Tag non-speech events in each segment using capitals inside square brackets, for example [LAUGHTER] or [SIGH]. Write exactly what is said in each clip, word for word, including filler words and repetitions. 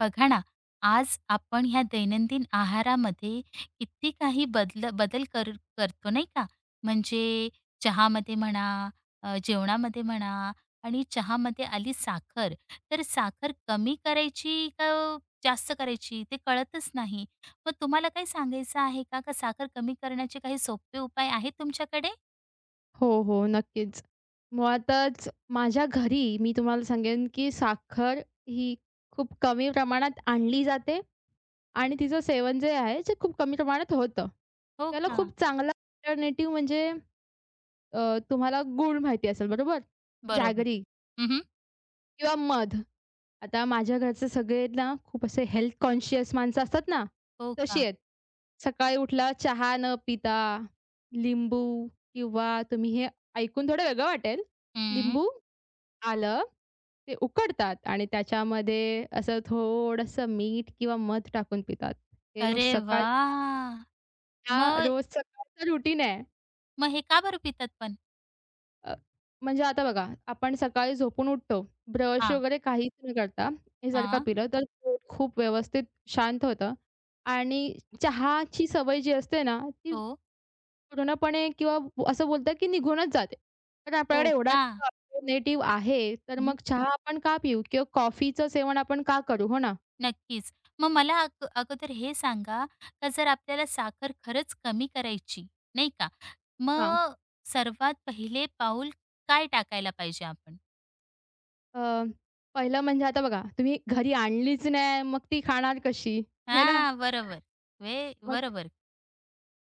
बघा ना, आज आपण ह्या दैनंदिन आहारामध्ये किती काही बदल बदल कर करतो नाही का? म्हणजे चहामध्ये म्हणा, अ, जेवणामध्ये म्हणा आणि चहामध्ये आली साखर. तर साखर कमी करायची का जास्त करायची ते कळतच नाही. मग तुम्हाला काही सांगायचं आहे का? का साखर कमी करण्याचे काही सोपे उपाय आहेत तुमच्याकडे? हो, हो. नक्कीच. मुळातच माझ्या घरी मी तुम्हाला सांगेन, की साखर ही खूप कमी प्रमाणात आणली जाते आणि तिचं सेवन जे आहे, ते खूप कमी प्रमाणात होतं. हो त्याला का? खूप चांगला अल्टरनेटिव्ह म्हणजे अ, तुम्हाला गूळ माहिती असेल बरोबर? बरोबर. जॅगरी हं, किंवा मध. आता माझ्या घरचे सगळे आहेत ना, खूप असे हेल्थ कॉन्शियस माणसं असतात ना, हो तशी का? आहेत. सकाळी उठला चहा न पिता लिंबू किंवा तुम्ही हे ऐकून थोडं वेगळं वाटेल. हं. लिंबू, आलं ते उकडतात आणि त्याच्यामध्ये असं थोडंसं मीठ किंवा मध टाकून पितात. हे रोज अरे सकाळचा वाह! हा मग रोज सकाळचा रुटीन आहे. मग हे का बरं पितात पण? अ, म्हणजे आता बघा, आपण सकाळी झोपून उठतो. ब्रश हां, वगैरे काहीच न करता हे जर का हां. पिलं, तर पोट खूप व्यवस्थित शांत होतं आणि चहाची सवय जी असते ना, ती हो, पूर्णपणे किंवा ब- असं बोलतात की निघूनच जाते. तर हो आपल्याकडे एवढाच का? अल्टरनेटिव्ह आहे, तर हं. मग चहा आपण का पिऊ किंवा कॉफीचं सेवन आपण का करू? हो ना? नक्कीच. मग मला अग अगोदर हे सांगा, का जर आपल्याला साखर खरंच कमी करायची, नाही का? हां. मग सर्वात पहिले पाऊल काय टाकायला पाहिजे आपण? अ, पहिलं म्हणजे आता बघा, तुम्ही घरी आणलीच नाही, मग ती खाणार कशी? हे ना? हां, बरोबर. वे मग बरोबर.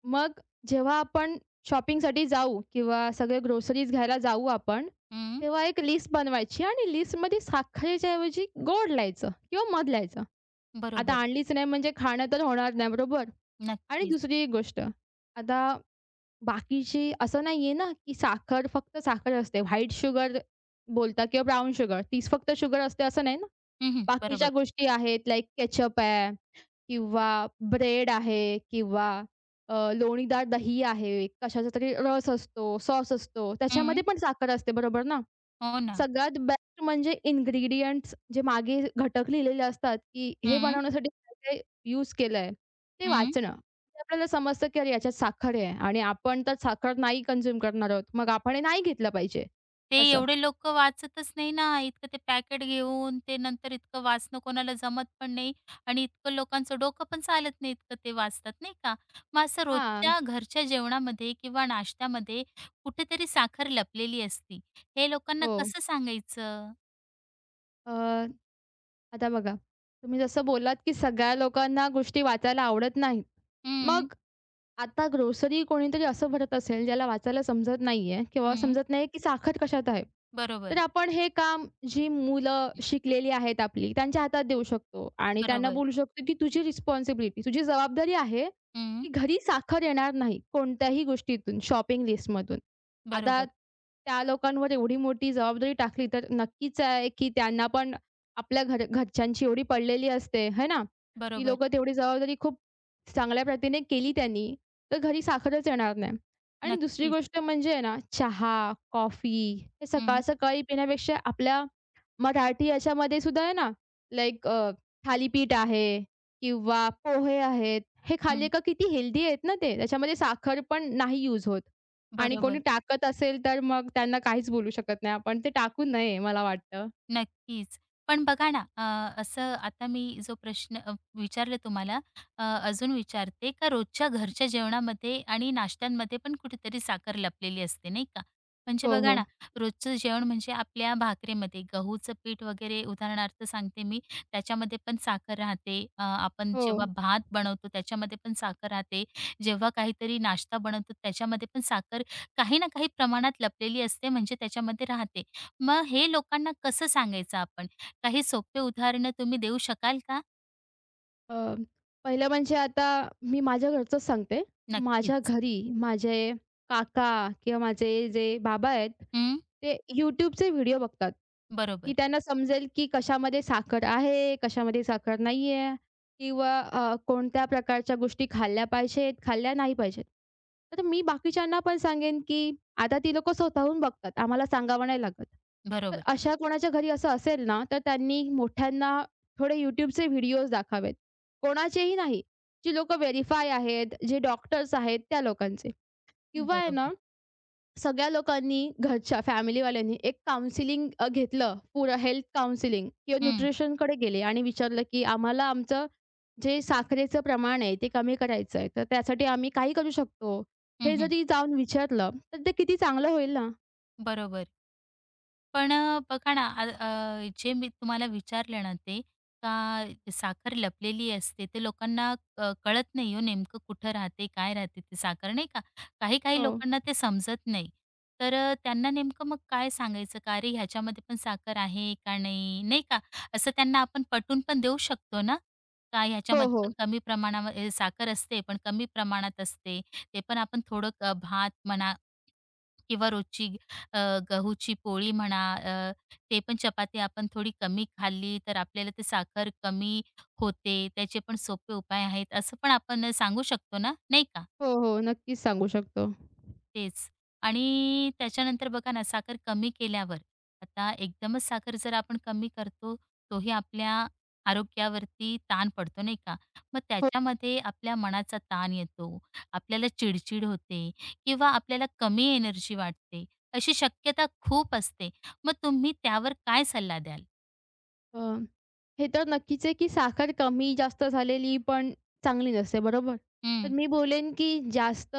मग जेव्हा आपण शॉपिंगसाठी जाऊ किंवा सगळे ग्रोसरीज घ्यायला जाऊ आपण, हं, तेव्हा एक लिस्ट बनवायची आणि लिस्टमध्ये साखरेच्या ऐवजी गोड लावायचं किंवा मध लावायचं. आता बरोबर. आणलीच नाही म्हणजे खाणं तर होणार नाही, बरोबर? आणि नक्कीच. दुसरी गोष्ट, आता बाकीची असं नाहीये ना, की साखर फक्त साखर असते. व्हाईट शुगर बोलतात किंवा ब्राउन शुगर. तीच फक्त शुगर असते असं नाही. हं, हं. बाकीच्या बरोबर. गोष्टी आहेत लाइक केचप आहे किंवा ब्रेड आहे किंवा अ, लोणीदार दही आहे, कशाचा तरी रस असतो, सॉस असतो. हं. त्याच्यामध्ये पण साखर असते, बरोबर ना? हो ना. सगळ्यात बेस्ट म्हणजे इन्ग्रीडियंट्स जे मागे घटक लिहिलेले असतात, की हे हं, बनवण्यासाठी काय-काय यूज केलंय, ते हं. वाचणं. म्हणजे आपल्याला समजतं की अरे याच्यात साखर आहे आणि आपण तर साखर नाही कन्झ्युम करणार आहोत. मग आपण हे नाही घेतलं पाहिजे, ते असं. एवढे लोकं वाचतच नाही ना, इतकं ते पॅकेट घेऊन ते नंतर इतकं वाचणं कोणाला जमत पण नाही आणि इतकं लोकांचं डोकं पण चालत नाही, इतकं ते वाचतात, नाही का? मग असं हां. रोजच्या घरच्या जेवणामध्ये किंवा नाश्त्यामध्ये कुठेतरी साखर लपलेली असती. हे लोकांना हो. कसं सांगायचं? अ, आता बघा, तुम्ही जसं बोलात की सगळ्या लोकांना गोष्टी वाचायला आवडत नाहीत. हं, मग आता ग्रोसरी कोणीतरी असं भरत असेल, ज्याला वाचायला समजत नाहीये किंवा हं. समजत नाही की साखर कशात आहे. तर बरोबर. आपण हे काम जी मुलं शिकलेली आहेत आपली, त्यांच्या हातात देऊ शकतो आणि त्यांना बरोबर. बोलू शकतो की तुझी रिस्पॉन्सिबिलिटी, तुझी जबाबदारी आहे हं. की घरी साखर येणार नाही कोणत्याही गोष्टीतून, शॉपिंग लिस्टमधून. आता बरोबर. त्या लोकांवर एवढी मोठी जबाबदारी टाकली, तर नक्कीच आहे की त्यांना पण आपल्या घर घरच्यांची एवढी पडलेली असते, है ना? ती बरोबर. लोकं तेवढी जबाबदारी खूप चांगल्या प्रतीने केली त्यांनी तर घरी साखरच येणार नाही. आणि दुसरी नक्कीच. गोष्ट म्हणजे आहे ना, चहा, कॉफी हे हं, सकाळ-सकाळी पिण्यापेक्षा आपल्या मराठी याच्यामध्ये सुद्धा आहे ना, लाइक अ, थालीपीठ आहे किंवा पोहे आहेत. हे खाल्ले हं. का किती हेल्दी आहेत ना ते. त्याच्यामध्ये साखर पण नाही यूज होत. आणि कोणी बरोबर. टाकत असेल तर मग त्यांना काहीच बोलू शकत नाही आपण. ते टाकू नये मला वाटतं. नक्कीच. पण बघा ना, अ, असं आता मी जो प्रश्न अ, विचारला तुम्हाला अ, अजून विचारते का रोजच्या घरच्या जेवणामध्ये आणि नाश्त्यांमध्ये पण कुठेतरी साखर लपलेली असते, नाही का? म्हणजे हो, बघा हो. ना, रोजचं जेवण म्हणजे आपल्या भाकरीमध्ये गहूचं पीठ वगैरे उदाहरणार्थ सांगते मी, त्याच्यामध्ये पण साखर राहते. अ, आपण हो. जेव्हा भात बनवतो त्याच्यामध्ये पण साखर राहते. जेव्हा काहीतरी नाश्ता बनवतो त्याच्यामध्ये पण साखर काही ना काही प्रमाणात लपलेली असते म्हणजे त्याच्यामध्ये राहते. मग हे लोकांना कसं सांगायचं आपण? काही सोपे उदाहरणं तुम्ही देऊ शकाल का? अ, पहिलं म्हणजे आता मी माझ्या घरचंच सांगते. माझ्या नक्कीच. घरी माझे काका किंवा माझे जे बाबा आहेत, हं. ते YouTubeचे व्हिडिओ बघतात, बरोबर, की त्यांना समजेल की कशामध्ये साखर आहे, कशामध्ये साखर नाही आहे किंवा अ, कोणत्या प्रकारच्या गोष्टी खाल्ल्या पाहिजेत, खाल्ल्या नाही पाहिजेत. तर मी बाकीच्यांना पण सांगेन की आता ती लोकं स्वतःहून बघतात. आम्हाला सांगावं नाही लागत. तर बरोबर, अशा कोणाच्या घरी असं असेल ना, तर त्यांनी मोठ्यांना थोडे YouTubeचे व्हिडिओज दाखवावेत. कोणाचेही नाही. जी लोकं व्हेरिफाय आहेत, जे डॉक्टर्स आहेत त्या लोकांचे. किंवा आहे ना, बरोबर. सगळ्या लोकांनी घरच्या फॅमिलीवाल्यांनी एक काउंसलिंग अ, घेतलं पुरं हेल्थ काउंसलिंग किंवा हं, न्यूट्रिशनकडे गेले आणि विचारलं, की आम्हाला आमचं जे साखरेचं प्रमाण आहे ते कमी करायचं आहे. तर त्यासाठी आम्ही काही करू शकतो. हं, हे हं. जरी जाऊन विचारलं, तर ते किती चांगलं होईल ना. बरोबर. पण अ, बघा ना, आ अ, जे मी तुम्हाला विचारलं ना ते, का साखर लपलेली असते, ते लोकांना अ, कळत नाही हो नेमकं कुठं राहते, काय राहते ती साखर नाही का. काही-काही हो. लोकांना ते समजत नाही. तर अ, त्यांना नेमकं मग काय सांगायचं का, "अरे, ह्याच्यामध्ये पण साखर आहे का नाही?" नाही का. असं त्यांना आपण पटवून पण देऊ शकतो ना, का हो, ह्याच्यामध्ये हो. पण कमी प्रमाणावर अ, साखर असते, पण कमी प्रमाणात असते. ते पण आपण थोडं अ, भात म्हणा किंवा रोजची अ, गहूची पोळी म्हणा, अ, ते पण चपाती आपण थोडी कमी खाल्ली तर आपल्याला ते साखर कमी होते. त्याचे पण सोपे उपाय आहेत, असं पण आपण सांगू शकतो ना, नाही का? हो, हो. नक्कीच सांगू शकतो. हो. तेच. आणि त्याच्यानंतर बघा ना, साखर कमी केल्यावर आता एकदमच साखर जर आपण कमी करतो, तोही आपल्या आरोग्यावरती ताण पडतो, नाही का? मग त्याच्यामध्ये आपल्या मनाचा ताण येतो, आपल्याला चिडचिड होते किंवा आपल्याला कमी एनर्जी वाटते. अशी शक्यता खूप असते. मग तुम्ही त्यावर काय सल्ला द्याल? अ, हे तर नक्कीच आहे, की साखर कमी जास्त झालेली पण चांगली नसते, बरोबर? तर हं, मी बोलेन, की जास्त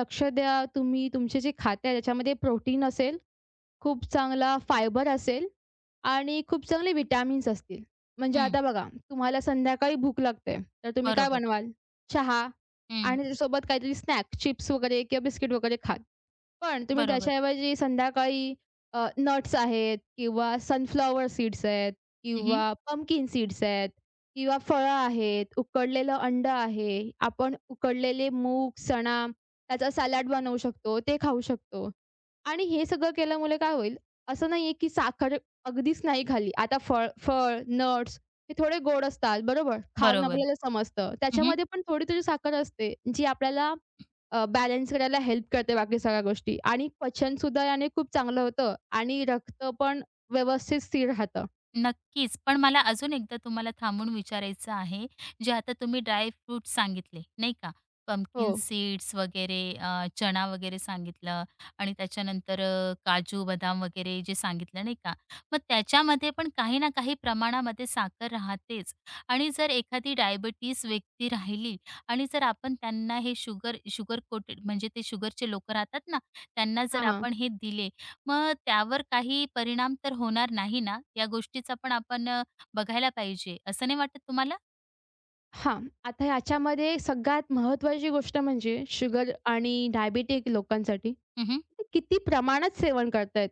लक्ष द्या तुम्ही तुमचे जे खाताय त्याच्यामध्ये प्रोटीन असेल, खूप चांगला फायबर असेल आणि खूप चांगले विटामिन्स असतील. म्हणजे हं. आता बघा, तुम्हाला संध्याकाळी भूक लागते, तर तुम्ही काय बरोबर. बनवाल? चहा हं. आणि त्याच्यासोबत काहीतरी स्नॅक्स, चिप्स वगैरे किंवा बिस्किट वगैरे खाल. पण तुम्ही बरोबर. त्याच्याऐवजी संध्याकाळी अ, नट्स आहेत किंवा सनफ्लॉवर सीड्स आहेत हं, किंवा पंपकिन सीड्स आहेत किंवा फळं आहेत, उकडलेलं अंडं आहे. आपण उकडलेले मूग, चणा त्याचा सॅलड बनवू शकतो, ते खाऊ शकतो. आणि हे सगळं केल्यामुळे काय होईल, असं नाहीये की साखर अगदीच नाही खाल्ली. आता फळ फळ, नट्स हे थोडे गोड असतात, बरोबर? खाऊन बरोबर. आपल्याला समजतं. त्याच्यामध्ये पण थोडी-थोडी साखर असते, जी आपल्याला अ, बॅलन्स करायला हेल्प करते बाकी सगळ्या गोष्टी आणि पचनसुद्धा याने खूप चांगलं होतं आणि रक्त पण व्यवस्थित स्थिर राहतं. नक्कीच. पण मला अजून एकदा तुम्हाला थांबून विचारायचं आहे, जे आता तुम्ही ड्राय फ्रुट्स सांगितले, नाही का? हो. पंपकिन सीड्स वगैरे अ, चणा वगैरे सांगितलं आणि त्याच्यानंतर अ, काजू, बदाम वगैरे जे सांगितलं, नाही का? मग त्याच्यामध्ये पण काही ना काही प्रमाणामध्ये साखर राहतेच आणि जर एखादी डायबिटीज व्यक्ती राहिली आणि जर आपण त्यांना हे शुगर शुगर कोटेड म्हणजे ते शुगरचे लोकं राहतात ना, त्यांना हां, जर हां. आपण हे दिले, मग त्यावर काही परिणाम तर होणार नाही ना? या गोष्टीचा पण आपण अ, बघायला पाहिजे, असं नाही वाटत तुम्हाला? हां. आता ह्याच्यामध्ये सगळ्यात महत्त्वाची गोष्ट म्हणजे शुगर आणि डायबिटिक लोकांसाठी हं, ते किती प्रमाणात सेवन करतायत.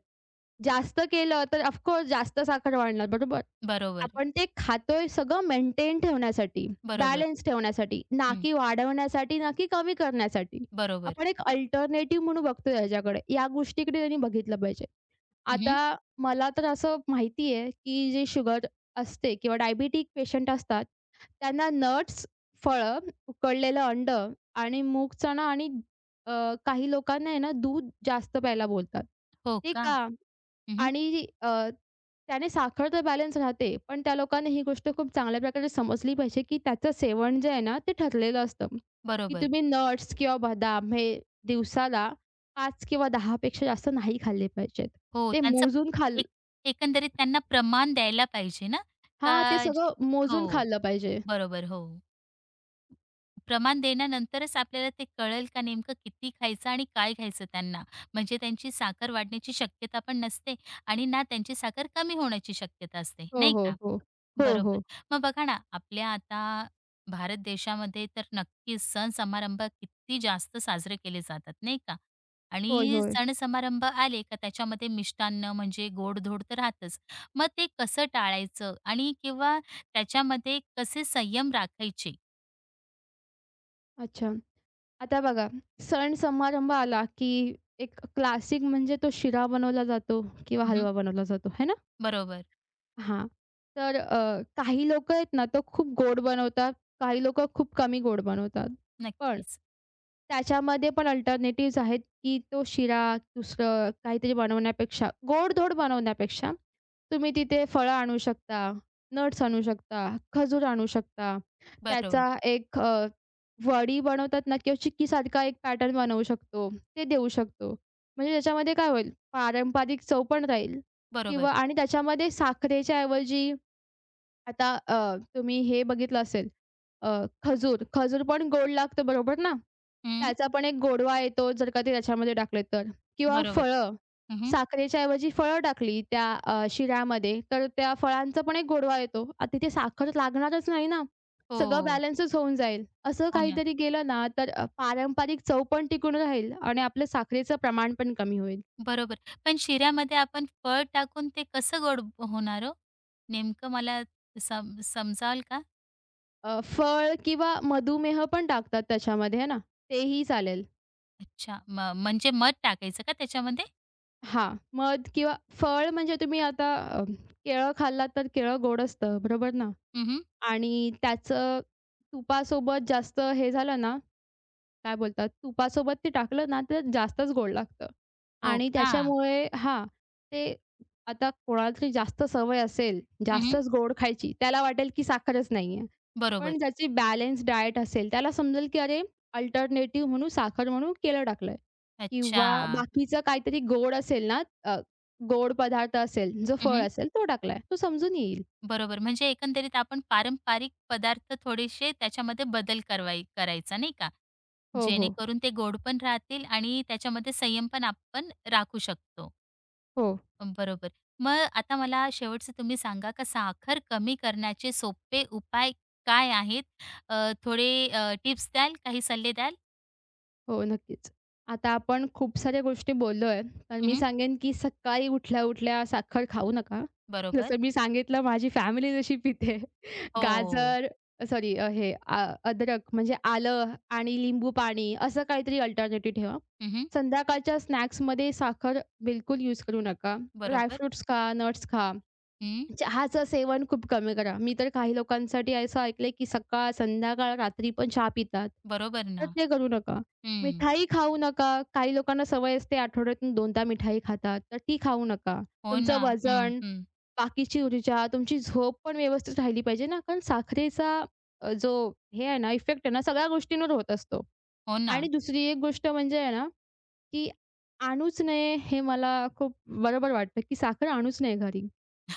जास्त केलं तर ऑफ कोर्स जास्त साखर वाढणार, बरोबर? बरोबर, आपण ते खातोय सगळं मेंटेन ठेवण्यासाठी, बरोबर. बॅलन्स ठेवण्यासाठी, ना हं, की वाढवण्यासाठी, ना की कमी करण्यासाठी. बरोबर. आपण एक अल्टरनेटिव्ह म्हणून बघतोय ह्याच्याकडे. या गोष्टीकडे त्यांनी बघितलं पाहिजे. आता हं, मला तर असं माहिती आहे, की जे शुगर असते किंवा डायबिटिक पेशंट असतात, त्यांना नट्स, फळं, उकडलेलं अंड आणि मूग चणा आणि अ, काही लोकांना आहे ना दूध जास्त प्यायला बोलतात, हो नाही का? का? हं, आणि अ, त्याने साखर तर बॅलन्स राहते, पण त्या लोकांना ही गोष्ट खूप चांगल्या प्रकारे समजली पाहिजे, की त्याचं सेवन जे आहे ना ते ठरलेलं असतं, की बरोबर. तुम्ही नट्स किंवा बदाम हे दिवसाला पाच किंवा दहा पेक्षा जास्त नाही खाल्ले पाहिजेत. हो, ते त्यांचं मोजून प- खाल. एक एकंदरीत त्यांना प्रमाण द्यायला पाहिजे ना? हां, ते का जे सगळं हो, मोजून खाल्लं पाहिजे. बरोबर. हो. प्रमाण देण्यानंतरच आपल्याला ते कळेल का नेमकं किती खायचं आणि काय खायचं त्यांना. म्हणजे त्यांची साखर वाढण्याची शक्यता पण नसते आणि ना त्यांची साखर कमी होण्याची शक्यता असते, हो, नाही हो, का? हो. हो, बरोबर. हो. मग बघा ना, आपल्या आता भारत देशामध्ये तर नक्कीच सण समारंभ किती जास्त साजरे केले जातात, नाही का? होय, आणि होय. सण समारंभ आले का त्याच्यामध्ये मिष्टान्न म्हणजे गोडधोड तर राहतच. मग ते कसं टाळायचं आणि किंवा त्याच्यामध्ये कसे संयम राखायचे? अच्छा. आता बघा, सण समारंभ आला, की एक क्लासिक म्हणजे तो शिरा बनवला जातो किंवा हं, हलवा बनवला जातो, है ना? बरोबर. हां. तर अ, काही लोकं आहेत ना, तो खूप गोड बनवतात, काही लोकं खूप कमी गोड बनवतात. पण नक्कीच. त्याच्यामध्ये पण अल्टरनेटिव्हज आहेत, की तो शिरा, दुसरं काहीतरी बनवण्यापेक्षा गोड-धोड बनवण्यापेक्षा तुम्ही तिथे फळं आणू शकता, नट्स आणू शकता, खजूर आणू शकता. बरोबर, त्याचा एक अ, वडी बनवतात ना किंवा चिक्कीसारखा एक पॅटर्न बनवू शकतो, ते देऊ शकतो. म्हणजे त्याच्यामध्ये काय होईल, पारंपरिक चव पण राहील किंवा बरोबर. आणि त्याच्यामध्ये साखरेच्या ऐवजी आता अ, तुम्ही हे बघितलं असेल अ, खजूर, खजूर पण गोड लागतं बरोबर ना? हं. त्याचा पण एक गोडवा येतो जर का ते त्याच्यामध्ये टाकले तर किंवा बरोबर. फळं, हं, साखरेच्या ऐवजी फळं टाकली त्या अ, शिऱ्यामध्ये तर त्या फळांचा पण एक गोडवा येतो. आता तिथे साखर लागणारच नाही ना. सगळं हो. बॅलन्सच होऊन जाईल. असं हो काहीतरी केलं ना तर अ, पारंपरिक चव पण टिकून राहील आणि आपलं साखरेचं प्रमाण पण कमी होईल. बरोबर. पण शिऱ्यामध्ये आपण फळ टाकून ते कसं गोड होणार हो? नेमकं मला सम समजावाल का? अ, फळ किंवा मधुमेह पण टाकतात त्याच्यामध्ये, आहे ना? तेही चालेल. अच्छा. म म्हणजे मध टाकायचं का त्याच्यामध्ये? हां, मध किंवा फळ म्हणजे तुम्ही आता अ, केळं खाल्लात तर केळं गोड असतं, बरोबर ना? हं, हं. आणि त्याचं तुपासोबत जास्त हे झालं ना, काय बोलतात, तुपासोबत ते टाकलं ना, तर जास्तच गोड लागतं हो आणि का? त्याच्यामुळे हां, ते आता कोणाची जास्त सवय असेल, हं, जास्तच गोड खायची, त्याला वाटेल की साखरच नाहीये. बरोबर. पण ज्याची बॅलन्स डाएट असेल, त्याला समजेल की अरे अल्टरनेटिव्ह म्हणून साखर म्हणून केळं टाकलंय अच्छा. किंवा बाकीचं काहीतरी गोड असेल ना, अ, गोड पदार्थ असेल, जो फळ हं, असेल तो टाकलाय, तो समजून येईल. बरोबर. म्हणजे एकंदरीत आपण पारंपरिक पदार्थ थोडेसे त्याच्यामध्ये बदल करवाई करायचा नाही का? हो, हो. जेणेकरून ते गोड पण राहतील आणि त्याच्यामध्ये संयम पण आपण राखू शकतो. हो. बरोबर. मग आता मला शेवटचं तुम्ही सांगा का साखर कमी करण्याचे सोपे उपाय काय आहेत? अ, थोडे अ, टिप्स द्याल? काही सल्ले द्याल? हो, नक्कीच. आता आपण खूप साऱ्या गोष्टी बोललोय, तर मी हं, सांगेन की सकाळी उठल्या-उठल्या साखर खाऊ नका. बरोबर. जसं मी सांगितलं माझी फॅमिली जशी पिते. [LAUGHS] हो. गाजर सॉरी अ, हे अ, अद्रक म्हणजे आलं आणि लिंबू पाणी असं काहीतरी अल्टरनेटिव्ह ठेवा. हं, संध्याकाळच्या स्नॅक्समध्ये साखर बिलकुल यूज करू नका. ड्राय बरोबर. खा, नट्स खा. हं. चहाचं सेवन खूप कमी करा. मी तर काही लोकांसाठी असं ऐकलंय, की सकाळ, संध्याकाळ, रात्री पण चहा पितात. बरोबर तर ना. ते करू नका. हं. मिठाई खाऊ नका. काही लोकांना सवय असते आठवड्यातून दोनदा मिठाई खातात. तर ती खाऊ नका. हो तुमचं ना. हं, वजन, हं. बाकीची ऊर्जा, तुमची झोप पण व्यवस्थित राहिली पाहिजे ना, कारण साखरेचा अ, जो हे आहे ना इफेक्ट आहे ना, सगळ्या गोष्टींवर होत असतो. हो ना. आणि दुसरी एक गोष्ट म्हणजे आहे ना की आणूच नये हे मला खूप बरोबर वाटतं, की साखर आणूच नये घरी.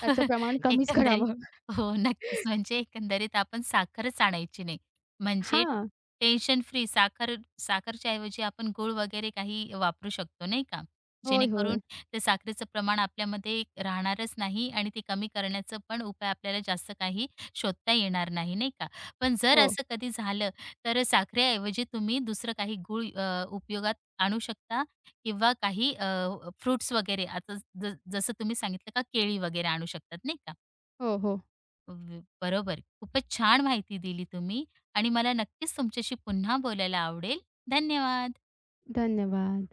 त्याचं प्रमाण कमीच एकंदरीत करावं. हो, नक्कीच. [LAUGHS] म्हणजे एकंदरीत आपण साखरच आणायची नाही. म्हणजे हां. टेन्शन फ्री साखर साखरच्या ऐवजी आपण गूळ वगैरे काही वापरू शकतो, नाही का? होय, जेणेकरून होय. ते साखरेचं प्रमाण आपल्यामध्ये राहणारच नाही आणि ते कमी करण्याचं पण उपाय आपल्याला जास्त काही शोधता येणार नाही, नाही का? पण जर हो. असं कधी झालं, तर साखरेऐवजी तुम्ही दुसरं काही गूळ अ, उपयोगात आणू शकता? किंवा काही अ, फ्रुट्स वगैरे आता ज जसं तुम्ही सांगितलं का केळी वगैरे आणू शकतात नाही का? हो, हो. ब बरोबर. खूपच छान माहिती दिली तुम्ही आणि मला नक्कीच तुमच्याशी पुन्हा बोलायला आवडेल. धन्यवाद. धन्यवाद.